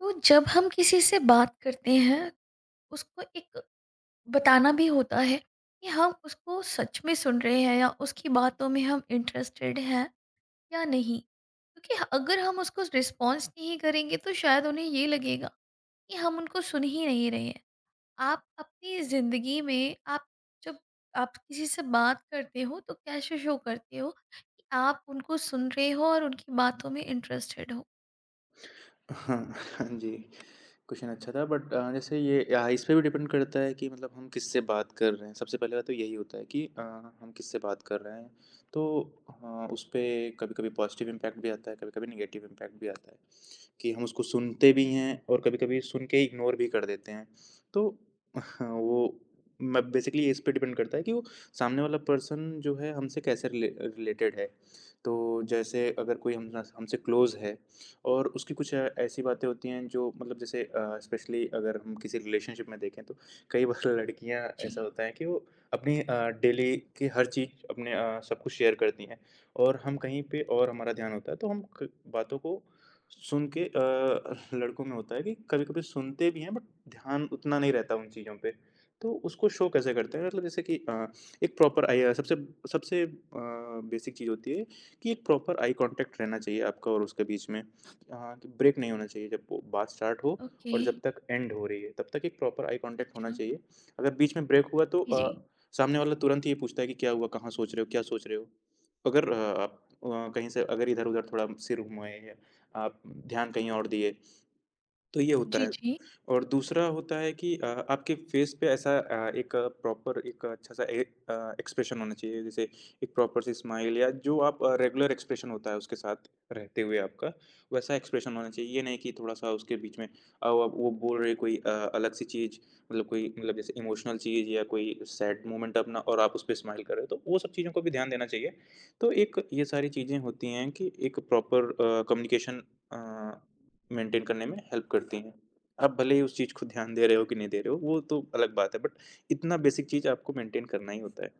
तो जब हम किसी से बात करते हैं उसको एक बताना भी होता है कि हम उसको सच में सुन रहे हैं या उसकी बातों में हम इंटरेस्टेड हैं या नहीं। क्योंकि अगर हम उसको रिस्पॉन्स नहीं करेंगे तो शायद उन्हें ये लगेगा कि हम उनको सुन ही नहीं रहे हैं। आप अपनी ज़िंदगी में आप जब आप किसी से बात करते हो तो कैसे शो करते हो कि आप उनको सुन रहे हो और उनकी बातों में इंटरेस्टेड हो? हाँ, हाँ जी, क्वेश्चन अच्छा था बट जैसे ये इस पे भी डिपेंड करता है कि मतलब हम किससे बात कर रहे हैं। सबसे पहले बात तो यही होता है कि हम किससे बात कर रहे हैं। तो हाँ, उसपे कभी-कभी पॉज़िटिव इम्पैक्ट भी आता है, कभी-कभी नेगेटिव इम्पैक्ट भी आता है। कि हम उसको सुनते भी हैं और कभी-कभी सुन के इग्नोर भी कर देते हैं। तो हाँ, वो मैं बेसिकली इस पे डिपेंड करता है कि वो सामने वाला पर्सन जो है हमसे कैसे रिलेटेड है। तो जैसे अगर कोई हम हमसे क्लोज़ है और उसकी कुछ ऐसी बातें होती हैं जो मतलब जैसे स्पेशली अगर हम किसी रिलेशनशिप में देखें तो कई बार लड़कियाँ जी। ऐसा होता है कि वो अपनी डेली की हर चीज़ अपने सब कुछ शेयर करती हैं और हम कहीं पे और हमारा ध्यान होता है तो हम क बातों को सुन के लड़कों में होता है कि कभी-कभी सुनते भी हैं बट ध्यान उतना नहीं रहता उन चीज़ों पे। तो उसको शो कैसे करते हैं? मतलब जैसे कि एक प्रॉपर आई अ, सबसे सबसे बेसिक चीज़ होती है कि एक प्रॉपर आई कॉन्टैक्ट रहना चाहिए आपका और उसके बीच में। कि ब्रेक नहीं होना चाहिए जब वो बात स्टार्ट हो ओके। और जब तक एंड हो रही है, तब तक एक प्रॉपर आई कॉन्टैक्ट होना अच्छा। चाहिए। अगर बीच में ब्रेक हुआ तो जी जी सामने वाला तुरंत ये पूछता है कि क्या हुआ? कहाँ सोच रहे हो? क्या सोच रहे हो? अगर आप कहीं से अगर इधर-उधर थोड़ा सिर घुमाए आप ध्यान कहीं और दिए, तो ये होता जी है। जी। और दूसरा होता है कि आपके फ़ेस पे ऐसा एक अच्छा-सा ए अ, एक्सप्रेशन होना चाहिए, जैसे एक प्रॉपर सी स्माइल या जो आप रेगुलर एक्सप्रेशन होता है उसके साथ रहते हुए आपका, वैसा एक्सप्रेशन होना चाहिए। ये नहीं कि थोड़ा-सा उसके बीच में व वो बोल रहे कोई अलग सी चीज़, मतलब कोई मतलब जैसे इमोशनल चीज़ या कोई सैड मोमेंट अपना और आप उस पे स्माइल कर रहे हो, तो वो सब चीज़ों को भी ध्यान देना चाहिए। तो एक ये सारी चीज़ें होती हैं कि एक प्रॉपर कम्युनिकेशन अ, मेंटेन करने में हेल्प करती हैं। आप भले ही उस चीज़ को ध्यान दे रहे हो कि नहीं दे रहे हो, वो तो अलग बात है बट इतना बेसिक चीज़ आपको मेंटेन करना ही होता है।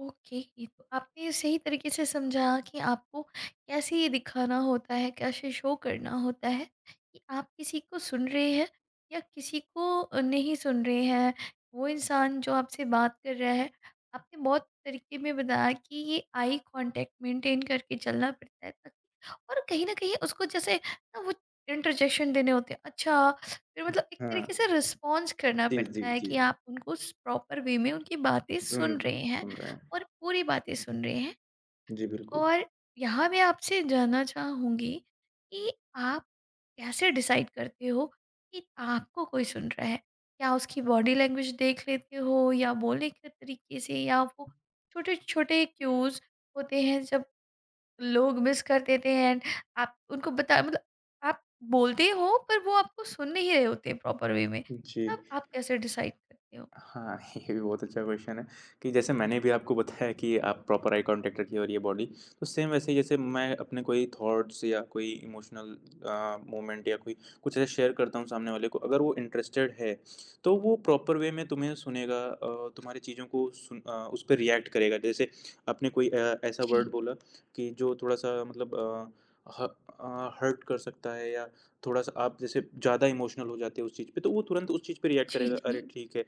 ओके, ये तो आपने सही तरीके से समझाया कि आपको कैसे ये दिखाना होता है, कैसे शो करना होता है कि आप किसी को सुन रहे हैं या किसी को नहीं सुन रहे हैं, वो इंसान जो आपसे बात कर रहा है। आपने बहुत तरीके में बताया कि ये आई कांटेक्ट मेंटेन करके चलना पड़ता है ताकि और कहीं ना कहीं उसको जैसे ना वो इंटरजेक्शन देने होते हैं, अच्छा, फिर मतलब एक तरीके से हाँ। रिस्पॉन्स करना जी, जी, पड़ता है जी। कि आप उनको प्रॉपर वे में उनकी बातें सुन सुन रहे हैं सुन रहे हैं। और पूरी बातें सुन रहे हैं। जी, बिल्कुल। और यहाँ मैं आपसे जानना चाहूँगी कि आप कैसे डिसाइड करते हो कि आपको कोई सुन रहा है? क्या उसकी बॉडी लैंग्वेज देख लेते हो या बोलने के तरीके से, या वो छोटे-छोटे क्यूज़ होते हैं जब लोग मिस कर देते हैं, एंड आप उनको बता मतलब आप बोलते हो पर वो आपको सुन नहीं रहे होते प्रॉपर वे में, जी। तब आप कैसे डिसाइड करते हो? हाँ, ये भी बहुत अच्छा क्वेश्चन है कि जैसे मैंने भी आपको बताया कि आप प्रॉपर आई कॉन्टैक्ट रखिए। तो सेम वैसे ही जैसे मैं अपने कोई थॉट्स या कोई इमोशनल मोमेंट या कोई कुछ ऐसा शेयर करता हूँ सामने वाले को, अगर वो इंटरेस्टेड है, तो वो प्रॉपर वे में तुम्हें सुनेगा तुम्हारी चीज़ों को उस पे रिएक्ट करेगा। जैसे आपने कोई ऐसा जी। वर्ड बोला कि जो थोड़ा-सा मतलब ह हर्ट कर सकता है या थोड़ा-सा आप जैसे ज़्यादा इमोशनल हो जाते हो उस चीज़ पे, तो वो तुरंत उस चीज़ पे रिएक्ट जी, जी, करेगा, जी। करेगा, "अरे! जी। ठीक है।"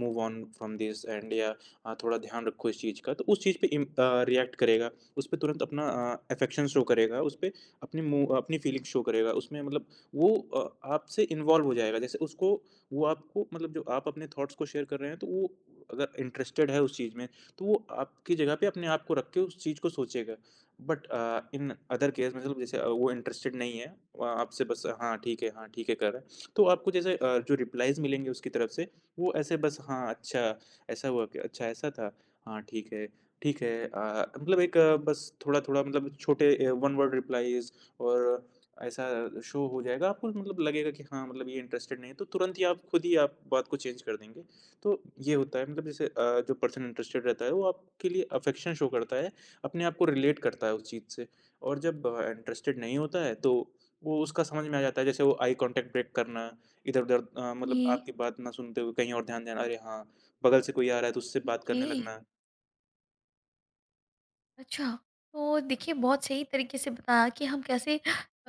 Move on from this and या थोड़ा ध्यान रखो इस चीज़ का तो उस चीज़ पे रिएक्ट करेगा, उस पे तुरंत अपना अफेक्शन शो करेगा, उस पे अपनी फीलिंग शो करेगा, उसमें मतलब वो आपसे इन्वॉल्व हो जाएगा। जैसे उसको वो आपको मतलब जो आप अपने थॉट्स को शेयर कर रहे हैं तो वो अगर इंटरेस्टेड है उस चीज़ में, तो वो आपकी जगह पे अपने आप को रख के उस चीज़ को सोचेगा। बट इन अदर केस मतलब जैसे वो इंटरेस्टेड नहीं है, आपसे बस हाँ, ठीक है कर रहा है। तो आपको जैसे जो रिप्लाइज़ मिलेंगे उसकी तरफ से वो ऐसे बस हाँ, अच्छा, ऐसा हुआ क्या? अच्छा ऐसा था? हाँ, ठीक है, ठीक है। मतलब एक बस थोड़ा-थोड़ा मतलब छोटे वन वर्ड रिप्लाइज़ और ऐसा शो हो जाएगा आपको मतलब लगेगा कि हाँ, मतलब ये इंटरेस्टेड नहीं है, तो तुरंत ही आप खुद ही आप बात को चेंज कर देंगे। तो ये होता है मतलब जैसे जो पर्सन इंटरेस्टेड रहता है, वो आपके लिए अफेक्शन शो करता है, अपने आप को रिलेट करता है उस चीज़ से और जब इंटरेस्टेड नहीं होता है, तो वो उसका समझ में आ जाता है, जैसे वो आई कॉन्टैक्ट ब्रेक करना इधर-उधर मतलब जी, आपकी बात ना सुनते हुए कहीं और ध्यान देना, अरे हाँ, बगल से कोई आ रहा है तो उससे बात ओके। करने लगना। अच्छा, तो देखिए बहुत सही तरीके से बताया कि हम कैसे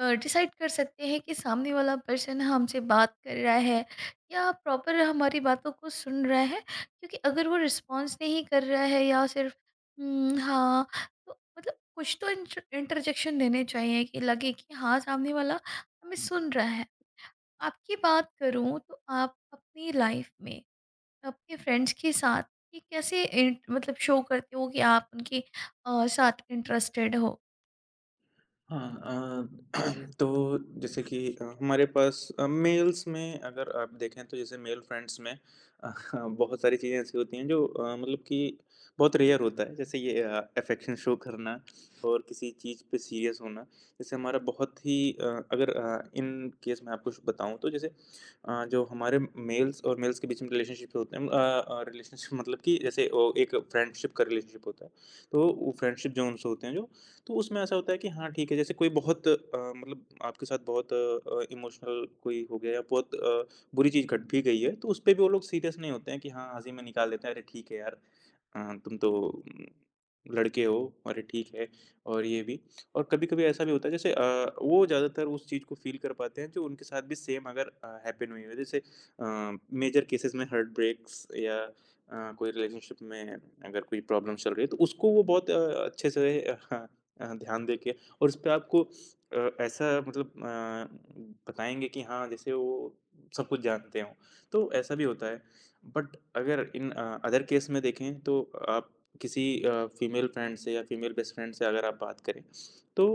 डिसाइड कर सकते हैं कि सामने वाला पर्सन हमसे बात कर रहा है या प्रॉपर हमारी बातों को सुन रहा है। क्योंकि अगर वो रिस्पॉन्स नहीं कर रहा है या सिर्फ हाँ", तो मतलब कुछ तो इंटरजेक्शन देने चाहिए कि लगे कि हाँ, सामने वाला हमें सुन रहा है। आपकी बात करूँ तो आप अपनी लाइफ में, आपके फ्रेंड्स के साथ ये कैसे इंट- मतलब शो करते हो कि आप उनके साथ इंटरेस्टेड हो? हाँ अ, तो जैसे कि हमारे पास मेल्स में अगर आप देखें तो जैसे मेल फ्रेंड्स में बहुत सारी चीज़ें ऐसी होती हैं जो मतलब कि बहुत रेयर होता है जैसे ये अफेक्शन शो करना और किसी चीज़ पे सीरियस होना जैसे हमारा बहुत ही अगर इन केस मैं आपको बताऊं तो जैसे जो हमारे मेल्स और मेल्स के बीच में रिलेशनशिप होते हैं रिलेशनशिप मतलब कि जैसे वो एक फ्रेंडशिप का रिलेशनशिप होता है तो वो फ्रेंडशिप जो उनसे होते हैं जो तो उसमें ऐसा होता है कि हाँ ठीक है, जैसे कोई बहुत मतलब आपके साथ बहुत इमोशनल कोई हो गया या बहुत बुरी चीज़ घट भी गई है, तो उसपे भी वो लोग सीरियस नहीं होते हैं कि हाँ, हँसी में निकाल देते हैं, "अरे ठीक है यार तुम तो लड़के हो, अरे ठीक है" और ये भी। और कभी-कभी ऐसा भी होता है जैसे वो ज़्यादातर उस चीज़ को फ़ील कर पाते हैं जो उनके साथ भी सेम अगर हैपन हुई हो। जैसे अ, मेजर केसेज़ में हार्ट ब्रेक्स या कोई रिलेशनशिप में अगर कोई प्रॉब्लम चल रही है, तो उसको वो बहुत अच्छे से ध्यान देके और उसपे आपको ऐसा मतलब बताएँगे कि हाँ, जैसे वो सब कुछ जानते हों, तो ऐसा भी होता है। बट अगर इन अदर केस में देखें तो आप किसी फीमेल फ्रेंड से या फीमेल बेस्ट फ्रेंड से अगर आप बात करें, तो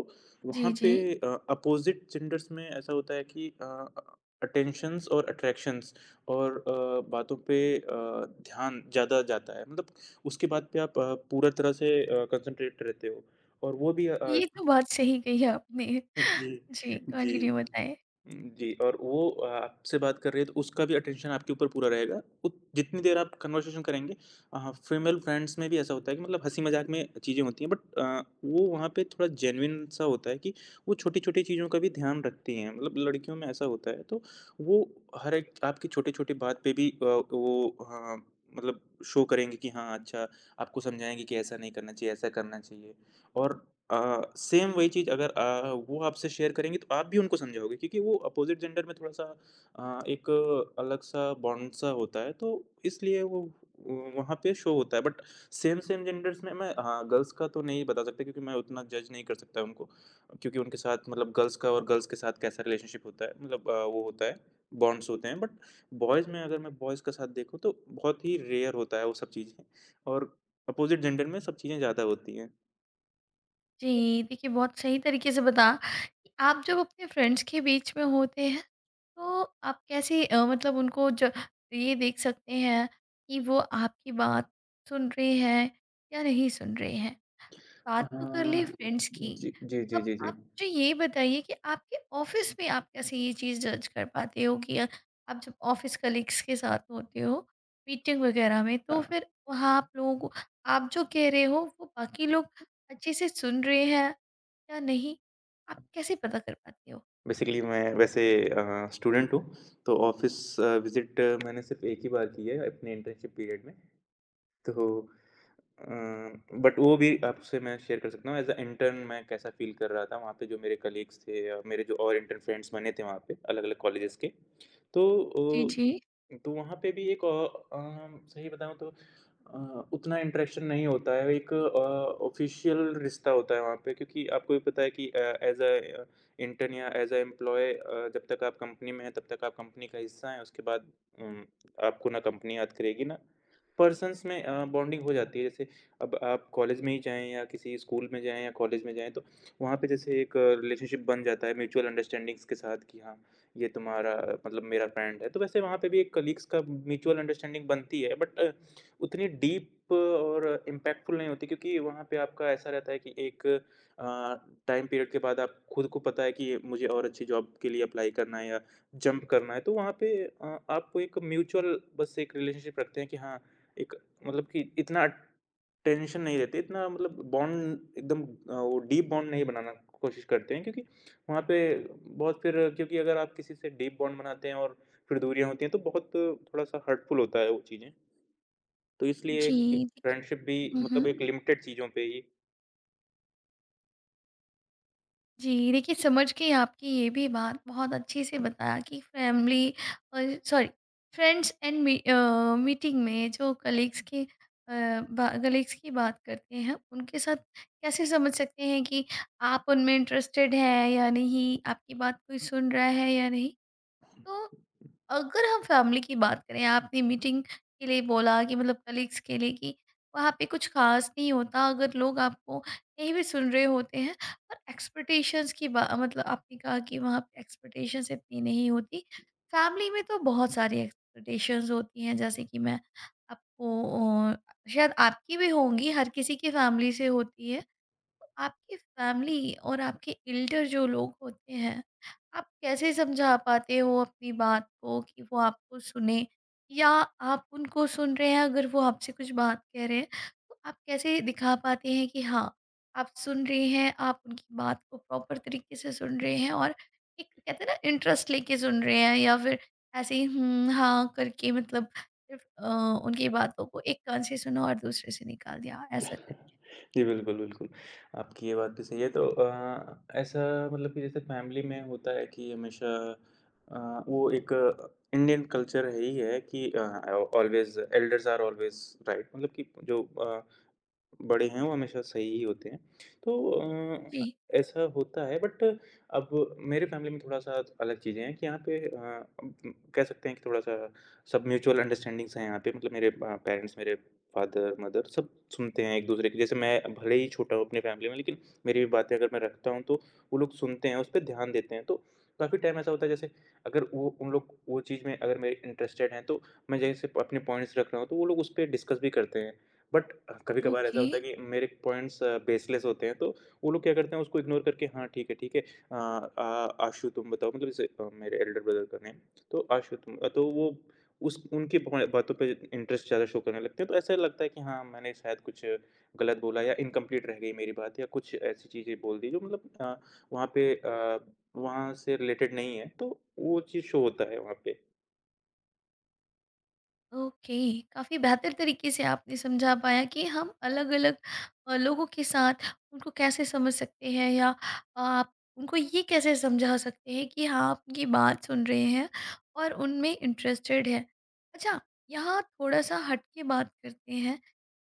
जी वहाँ जी। पे अपोज़िट जेंडर्स में ऐसा होता है कि अटेंशन्स और अट्रैक्शंस और बातों पे ध्यान ज़्यादा जाता है। मतलब उसके बाद पे आप पूरा तरह से कंसंट्रेट रहते हो। और वो भी ये तो बात सही कही है आपने। जी, जी, जी। कंटिन्यू बताएं। जी और वो आपसे बात कर रही है तो उसका भी अटेंशन आपके ऊपर पूरा रहेगा। उत जितनी देर आप कन्वर्सेशन करेंगे फीमेल फ्रेंड्स में भी ऐसा होता है कि मतलब हँसी-मज़ाक में चीज़ें होती हैं बट वो वहाँ पे थोड़ा जेन्युइन सा होता है कि वो छोटी-छोटी चीज़ों का भी ध्यान रखती हैं। मतलब लड़कियों में ऐसा होता है तो वो हर एक आपकी छोटी-छोटी बात पे भी वो हाँ, मतलब शो करेंगी कि हाँ, अच्छा आपको समझाएँगी कि ऐसा नहीं करना चाहिए, ऐसा करना चाहिए। और सेम वही चीज़ अगर वो आपसे शेयर करेंगी तो आप भी उनको समझाओगे क्योंकि वो अपोज़िट जेंडर में थोड़ा-सा एक अलग-सा बॉन्ड-सा होता है तो इसलिए वो व वहाँ पे शो होता है। बट सेम सेम जेंडर्स में मैं हाँ, गर्ल्स का तो नहीं बता सकता क्योंकि मैं उतना जज नहीं कर सकता उनको क्योंकि उनके साथ मतलब गर्ल्स का और गर्ल्स के साथ कैसा रिलेशनशिप होता है मतलब वो होता है, बॉन्ड्स होते हैं। बट बॉयज़ में अगर मैं बॉयज़ का साथ देखूँ तो बहुत ही रेयर होता है वो सब चीज़ें और अपोज़िट जेंडर में सब चीज़ें ज़्यादा होती हैं। जी, देखिए बहुत सही तरीके से बता कि आप जब अपने फ्रेंड्स के बीच में होते हैं तो आप कैसे मतलब उनको जो ये देख सकते हैं कि वो आपकी बात सुन रहे हैं या नहीं सुन रहे हैं। बात तो कर ली हाँ, फ्रेंड्स की, जी, जी, जी, अब जी, आप जी। मुझे ये बताइए कि आपके ऑफ़िस में आप कैसे ये चीज़ जज कर पाते हो कि आप जब ऑफ़िस कलीग्स के साथ होते हो, मीटिंग वगैरह में, तो हाँ, फिर वहाँ आप लोगों को आप जो कह रहे हो वो बाकी लोग अच्छे से सुन रहे हैं या नहीं? आप कैसे पता कर पाते हो? बेसिकली मैं वैसे स्टूडेंट हूँ, तो ऑफ़िस विज़िट मैंने सिर्फ़ एक ही बार की है अपने इंटर्नशिप पीरियड में। तो अ, बट वो भी आपसे मैं शेयर कर सकता हूँ एज़ अ इंटर्न मैं कैसा फ़ील कर रहा था, वहाँ पे जो मेरे कलीग्स थे या मेरे जो और इंटर्न फ्रेंड्स बने थे वहाँ पे अलग-अलग कॉलेजेस के। तो जी, जी, जी। जी। तो वहाँ पे भी एक सही बताऊँ तो अ, उतना इंटरेक्शन नहीं होता है, एक ऑफ़िशियल रिश्ता होता है वहाँ पे क्योंकि आपको भी पता है कि एज़ इंटर्न या एज़ अ एम्प्लॉयी जब तक आप कंपनी में हैं, तब तक आप कंपनी का हिस्सा हैं, उसके बाद उम, आपको ना कंपनी याद करेगी, ना पर्सन्स में बॉन्डिंग हो जाती है। जैसे अब आप कॉलेज में ही जाएँ या किसी स्कूल में जाएँ या कॉलेज में जाएँ, तो वहाँ पे जैसे एक रिलेशनशिप बन जाता है म्यूचुअल अंडरस्टैंडिंग्स के साथ कि हाँ ये तुम्हारा मतलब मेरा फ्रेंड है। तो वैसे वहाँ पे भी एक कलीग्स का म्यूचुअल अंडरस्टैंडिंग बनती है बट उतनी डीप और इम्पैक्टफुल नहीं होती क्योंकि वहाँ पे आपका ऐसा रहता है कि एक टाइम पीरियड के बाद आप खुद को पता है कि मुझे और अच्छी जॉब के लिए अप्लाई करना है या जंप करना है। तो वहाँ पे आपको एक म्यूचुअल बस एक रिलेशनशिप रखते हैं कि हाँ, एक मतलब कि इतना टेंशन नहीं रहती, इतना मतलब बॉन्ड एकदम वो डीप बॉन्ड नहीं बनाना कोशिश करते हैं, क्योंकि वहाँ पे बहुत फिर क्योंकि अगर आप किसी से डीप बॉन्ड बनाते हैं और फिर दूरियाँ होती हैं तो बहुत थोड़ा-सा हर्टफुल होता है वो चीज़ें। तो इसलिए जी, बिल्कुल। कि देखिए फ्रेंडशिप भी हुँ, हुँ। मतलब एक लिमिटेड चीज़ों पे ही। जी, देखिए समझ गई आपकी ये भी बात, बहुत अच्छे से बताया कि फैमिली और sorry friends and me meeting में जो कलीग्स के बा कलीग्स की बात करते हैं, उनके साथ कैसे समझ सकते हैं कि आप उनमें इंटरेस्टेड हैं या नहीं, आपकी बात कोई सुन रहा है या नहीं? तो अगर हम फैमिली की बात करें, आपने मीटिंग के लिए बोला कि मतलब कलीग्स के लिए कि वहाँ पे कुछ खास नहीं होता अगर लोग आपको नहीं भी सुन रहे होते हैं, और एक्सपेक्टेशंस की बा मतलब आपने कहा कि वहाँ पे एक्सपेक्टेशंस इतनी नहीं होती। फैमिली में तो बहुत सारी एक्सपेक्टेशंस होती हैं, जैसे कि मैं आपको शायद आपकी भी होंगी, हर किसी की फैमिली से होती है। तो आपकी फैमिली और आपके एल्डर जो लोग होते हैं, आप कैसे समझा पाते हो अपनी बात को कि वो आपको सुने? या आप उनको सुन रहे हैं, अगर वो आपसे कुछ बात कह रहे हैं, तो आप कैसे दिखा पाते हैं कि हाँ, आप सुन रहे हैं, आप उनकी बात को प्रॉपर तरीके से सुन रहे हैं और एक कहते हैं ना, इंटरेस्ट लेके सुन रहे हैं, या फिर ऐसे ही हुँ, हाँ करके मतलब सिर्फ उनकी बातों को एक कान से सुना और दूसरे से निकाल दिया, ऐसा करके? जी, बिल्कुल, बिल्कुल। आपकी ये बात भी सही है, तो ऐसा मतलब कि जैसे फैमिली में होता है कि हमेशा अ, वो एक इंडियन कल्चर है ही है कि always elders are always right, मतलब कि जो बड़े हैं वो हमेशा सही ही होते हैं। तो अ, जी, ऐसा होता है, बट अब मेरे फैमिली में थोड़ा-सा अलग चीज़ें हैं कि यहाँ पे अब कह सकते हैं कि थोड़ा-सा सब म्यूचुअल अंडरस्टैंडिंग्स हैं यहाँ पे, मतलब मेरे पेरेंट्स, मेरे फादर, मदर सब सुनते हैं एक-दूसरे की। जैसे मैं भले ही छोटा हूँ अपनी फैमिली में, लेकिन मेरी भी बातें अगर मैं रखता हूँ तो वो लोग सुनते हैं, उस पे ध्यान देते हैं। तो काफ़ी टाइम ऐसा होता है, जैसे अगर वो उन लोग वो चीज़ में अगर मेरे इंटरेस्टेड हैं, तो मैं जैसे अपने पॉइंट्स रख रहा हूँ तो वो लोग उस पे डिस्कस भी करते हैं। बट कभी-कभार ऐसा ओके। होता है कि मेरे पॉइंट्स बेसलेस होते हैं, तो वो लोग क्या करते हैं, उसको इग्नोर करके हाँ, ठीक है, ठीक है, अ, आ आशु तुम बताओ, मतलब जैसे मेरे एल्डर ब्रदर का नेम, तो आशु तुम, तो वो उस उनकी ब बातों पे इंटरेस्ट ज़्यादा शो करने लगते हैं, तो ऐसा लगता है कि हाँ, मैंने शायद कुछ गलत बोला या इनकम्प्लीट रह गई मेरी बात, या कुछ ऐसी चीज़ें बोल दी जो मतलब वहाँ पे वहाँ से रिलेटेड नहीं है, तो वो चीज़ शो होता है वहाँ पे। ओके, काफ़ी बेहतर तरीके से आपने समझा पाया कि हम अलग अलग लोगों के साथ उनको कैसे समझ सकते हैं, या आप उनको ये कैसे समझा सकते हैं कि हाँ, आप उनकी बात सुन रहे हैं और उनमें इंटरेस्टेड है। अच्छा, यहाँ थोड़ा सा हट के बात करते हैं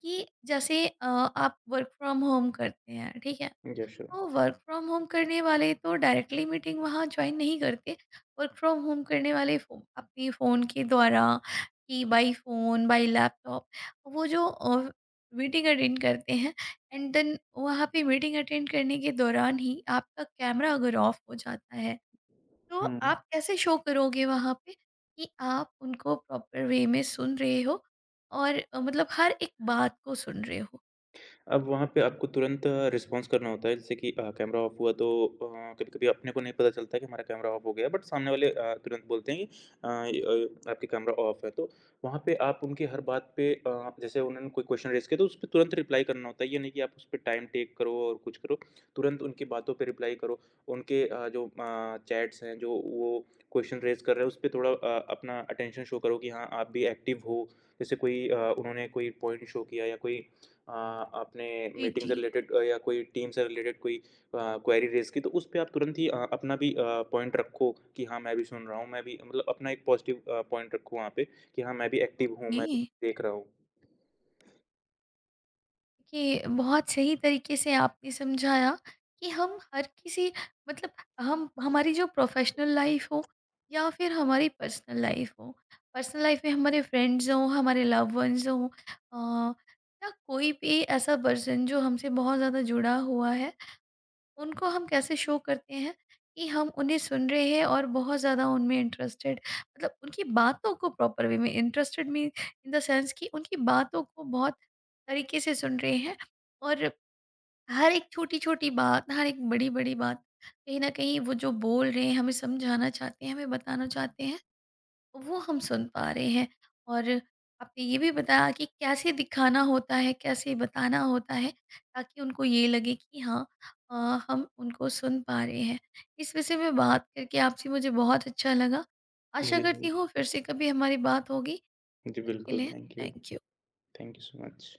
कि जैसे आप वर्क फ्रॉम होम करते हैं, ठीक है। Yes, sure. तो वर्क फ्रॉम होम करने वाले तो डायरेक्टली मीटिंग वहाँ ज्वाइन नहीं करते, वर्क फ्रॉम होम करने वाले फ़ो- अपने फ़ोन के द्वारा, कि बाई फ़ोन, बाई लैपटॉप वो जो मीटिंग अटेंड करते हैं, एंड देन वहाँ पे मीटिंग अटेंड करने के दौरान ही आपका कैमरा अगर ऑफ हो जाता है, तो हुँ। आप कैसे शो करोगे वहाँ पे कि आप उनको प्रॉपर वे में सुन रहे हो और मतलब हर एक बात को सुन रहे हो? अब वहाँ पे आपको तुरंत रिस्पॉन्स करना होता है, जैसे कि कैमरा ऑफ हुआ तो कभी-कभी अपने को नहीं पता चलता कि हमारा कैमरा ऑफ हो गया है, बट सामने वाले तुरंत बोलते हैं कि आपके कैमरा ऑफ है। तो वहाँ पे आप उनकी हर बात पे, जैसे उन्होंने कोई क्वेश्चन रेज़ किया तो उसपे तुरंत रिप्लाई करना होता है। ये नहीं कि आप उसपे टाइम टेक करो और कुछ करो, तुरंत उनकी बातों पे रिप्लाई करो। उनके जो चैट्स हैं, जो वो क्वेश्चन रेज़ कर रहे हैं, उसपे थोड़ा अपना अटेंशन शो करो कि हाँ, आप भी एक्टिव हो। जैसे कोई उन्होंने कोई पॉइंट शो किया, या कोई आपने जी मीटिंग जी। से रिलेटेड या कोई टीम से रिलेटेड कोई क्वेरी रेज़ की, तो उस पे आप तुरंत ही अपना भी पॉइंट रखो कि हाँ, मैं भी सुन रहा हूँ, मैं भी, मतलब अपना एक पॉज़िटिव पॉइंट रखो वहाँ पे कि हाँ, मैं भी एक्टिव हूँ, ओके, मैं भी देख रहा हूँ। कि बहुत सही तरीके से आपने समझाया कि हम हर किसी, मतलब हम, हमारी जो प्रोफेशनल लाइफ हो या फिर हमारी पर्सनल लाइफ हो, पर्सनल लाइफ में हमारे फ्रेंड्स हों, हमारे लव वंस हों, या कोई भी ऐसा पर्सन जो हमसे बहुत ज़्यादा जुड़ा हुआ है, उनको हम कैसे शो करते हैं कि हम उन्हें सुन रहे हैं और बहुत ज़्यादा उनमें इंटरेस्टेड, मतलब उनकी बातों को प्रॉपर वे में interested mean in the sense कि उनकी बातों को बहुत तरीके से सुन रहे हैं, और हर एक छोटी छोटी बात, हर एक बड़ी बड़ी बात कहीं ना कहीं वो जो बोल रहे हैं, हमें समझाना चाहते हैं, हमें बताना चाहते हैं, वो हम सुन पा रहे हैं। और आपने ये भी बताया कि कैसे दिखाना होता है, कैसे बताना होता है ताकि उनको ये लगे कि हाँ, अ, हम उनको सुन पा रहे हैं। इस विषय में बात करके आपसे मुझे बहुत अच्छा लगा। आशा मुझे करती हूँ फिर से कभी हमारी बात होगी। तब जी, तक के बिल्कुल, लिए thank you. Thank you. Thank you so much.